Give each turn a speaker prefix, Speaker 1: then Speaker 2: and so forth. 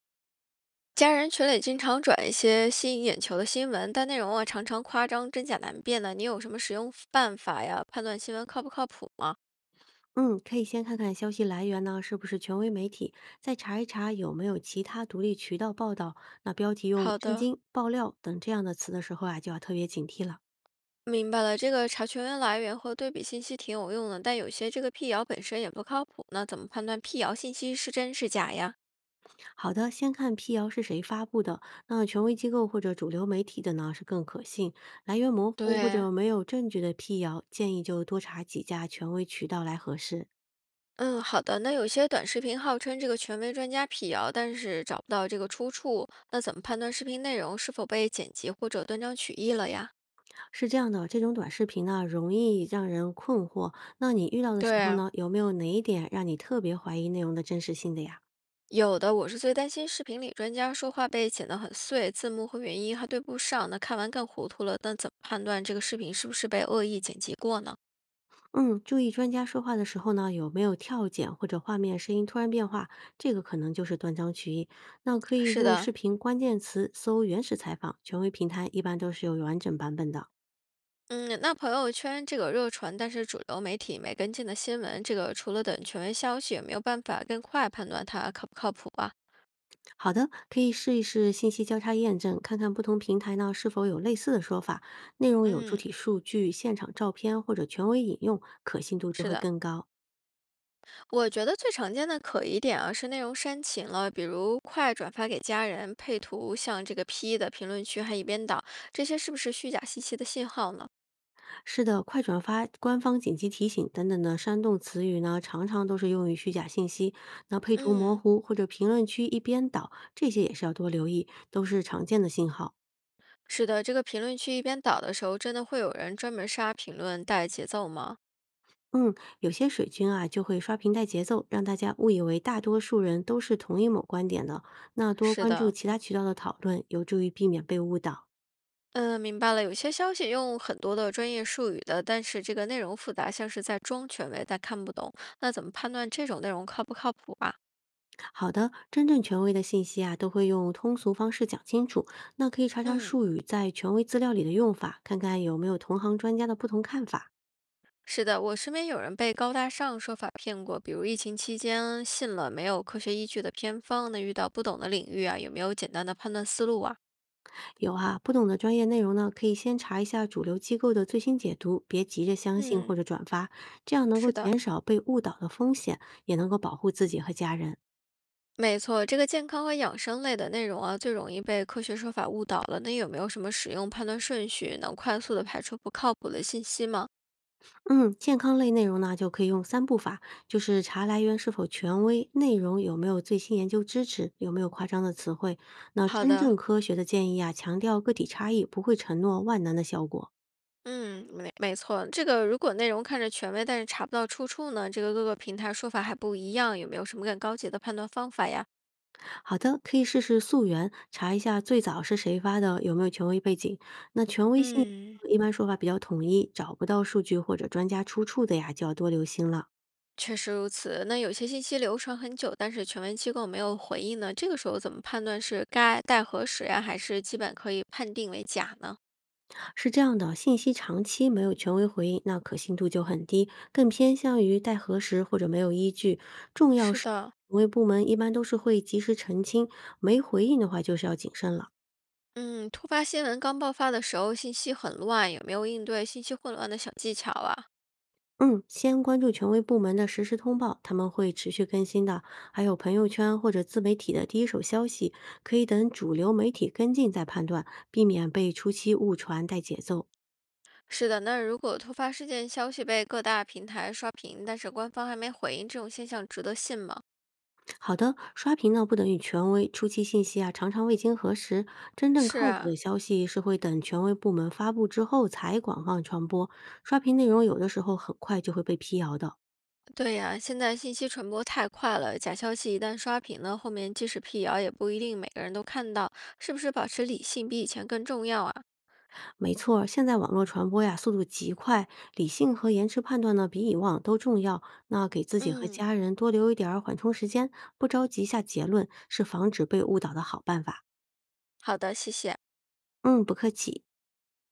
Speaker 1: 家人群里经常转一些吸引眼球的新闻，但内容啊常常夸张，真假难辨的。你有什么使用办法呀？判断新闻靠不靠谱吗？
Speaker 2: 嗯，可以先看看消息来源呢，是不是权威媒体，再查一查有没有其他独立渠道报道。那标题用
Speaker 1: 好
Speaker 2: “震
Speaker 1: 的，
Speaker 2: 惊”“爆料”等这样的词的时候啊，就要特别警惕了。
Speaker 1: 明白了。这个查询来源和对比信息挺有用的，但有些这个辟谣本身也不靠谱。那怎么判断辟谣信息是真是假呀？
Speaker 2: 好的，先看辟谣是谁发布的，那权威机构或者主流媒体的呢是更可信。来源模糊或
Speaker 1: 对，
Speaker 2: 者没有证据的辟谣，建议就多查几家权威渠道来核实。
Speaker 1: 嗯，好的。那有些短视频号称这个权威专家辟谣，但是找不到这个出处，那怎么判断视频内容是否被剪辑或者断章取义了呀？
Speaker 2: 是这样的，这种短视频呢，容易让人困惑。那你遇到的时候
Speaker 1: 对，
Speaker 2: 呢，有没有哪一点让你特别怀疑内容的真实性的呀？
Speaker 1: 有的，我是最担心视频里专家说话被剪得很碎，字幕和原音还对不上，那看完更糊涂了。那怎么判断这个视频是不是被恶意剪辑过呢？
Speaker 2: 嗯，注意专家说话的时候呢，有没有跳剪或者画面声音突然变化，这个可能就是断章取义。那可以
Speaker 1: 是
Speaker 2: 用
Speaker 1: 的，
Speaker 2: 视频关键词搜原始采访，权威平台一般都是有完整版本的。
Speaker 1: 嗯，那朋友圈这个热传，但是主流媒体没跟进的新闻，这个除了等权威消息，有没有办法更快判断它靠不靠谱啊？
Speaker 2: 好的，可以试一试信息交叉验证，看看不同平台呢是否有类似的说法，内容有主
Speaker 1: 嗯，
Speaker 2: 体数据、现场照片或者权威引用，可信度就
Speaker 1: 是
Speaker 2: 会
Speaker 1: 的，
Speaker 2: 更高。
Speaker 1: 我觉得最常见的可疑点啊是内容煽情了，比如快转发给家人，配图像这个 P 的，评论区还一边倒，这些是不是虚假信息的信号呢？
Speaker 2: 是的，快转发、官方紧急提醒等等的煽动词语呢，常常都是用于虚假信息。那配图模
Speaker 1: 嗯，
Speaker 2: 糊或者评论区一边倒，这些也是要多留意，都是常见的信号。
Speaker 1: 是的，这个评论区一边倒的时候，真的会有人专门刷评论带节奏吗？
Speaker 2: 嗯，有些水军啊就会刷屏带节奏，让大家误以为大多数人都是同意某观点的。那多
Speaker 1: 是
Speaker 2: 关注
Speaker 1: 的，
Speaker 2: 其他渠道的讨论，有助于避免被误导。
Speaker 1: 嗯，明白了。有些消息用很多的专业术语的，但是这个内容复杂，像是在装权威，但看不懂。那怎么判断这种内容靠不靠谱啊？
Speaker 2: 好的，真正权威的信息啊，都会用通俗方式讲清楚。那可以查查
Speaker 1: 嗯，
Speaker 2: 术语在权威资料里的用法，看看有没有同行专家的不同看法。
Speaker 1: 是的，我身边有人被高大上说法骗过，比如疫情期间信了没有科学依据的偏方，那遇到不懂的领域啊，有没有简单的判断思路啊？
Speaker 2: 有啊，不懂的专业内容呢，可以先查一下主流机构的最新解读，别急着相信
Speaker 1: 嗯，
Speaker 2: 或者转发，这样能够
Speaker 1: 是的。
Speaker 2: 减少被误导的风险，也能够保护自己和家人。
Speaker 1: 没错，这个健康和养生类的内容啊，最容易被科学说法误导了。那有没有什么使用判断顺序，能快速的排除不靠谱的信息吗？
Speaker 2: 嗯，健康类内容呢，就可以用三步法，就是查来源是否权威，内容有没有最新研究支持，有没有夸张的词汇。那
Speaker 1: 好
Speaker 2: 真
Speaker 1: 的，
Speaker 2: 正科学的建议啊，强调个体差异，不会承诺万能的效果。
Speaker 1: 嗯，没错，这个如果内容看着权威，但是查不到出处呢，这个各个平台说法还不一样，有没有什么更高级的判断方法呀？
Speaker 2: 好的，可以试试溯源，查一下最早是谁发的，有没有权威背景。那权威性
Speaker 1: 嗯，
Speaker 2: 一般说法比较统一，找不到数据或者专家出处的呀，就要多留心了。
Speaker 1: 确实如此。那有些信息流传很久，但是权威机构没有回应呢，这个时候怎么判断是该待核实呀，还是基本可以判定为假呢？
Speaker 2: 是这样的，信息长期没有权威回应，那可信度就很低，更偏向于待核实或者没有依据。重要
Speaker 1: 是
Speaker 2: 是，
Speaker 1: 的，
Speaker 2: 权威部门一般都是会及时澄清，没回应的话就是要谨慎了。
Speaker 1: 嗯，突发新闻刚爆发的时候，信息很乱，有没有应对信息混乱的小技巧啊？
Speaker 2: 嗯，先关注权威部门的实时通报，他们会持续更新的，还有朋友圈或者自媒体的第一手消息，可以等主流媒体跟进再判断，避免被初期误传带节奏。
Speaker 1: 是的，那如果突发事件消息被各大平台刷屏，但是官方还没回应，这种现象值得信吗？
Speaker 2: 好的，刷屏呢不等于权威，初期信息啊常常未经核实，真正
Speaker 1: 是
Speaker 2: 靠谱
Speaker 1: 啊，
Speaker 2: 的消息是会等权威部门发布之后才广泛传播。刷屏内容有的时候很快就会被辟谣的。
Speaker 1: 对呀，现在信息传播太快了，假消息一旦刷屏呢，后面即使辟谣也不一定每个人都看到，是不是保持理性比以前更重要啊？
Speaker 2: 没错儿现在网络传播呀速度极快，理性和延迟判断呢比以往都重要。那给自己和
Speaker 1: 嗯，
Speaker 2: 家人多留一点儿缓冲时间，不着急下结论，是防止被误导的好办法。
Speaker 1: 好的，谢谢。
Speaker 2: 嗯，不客气。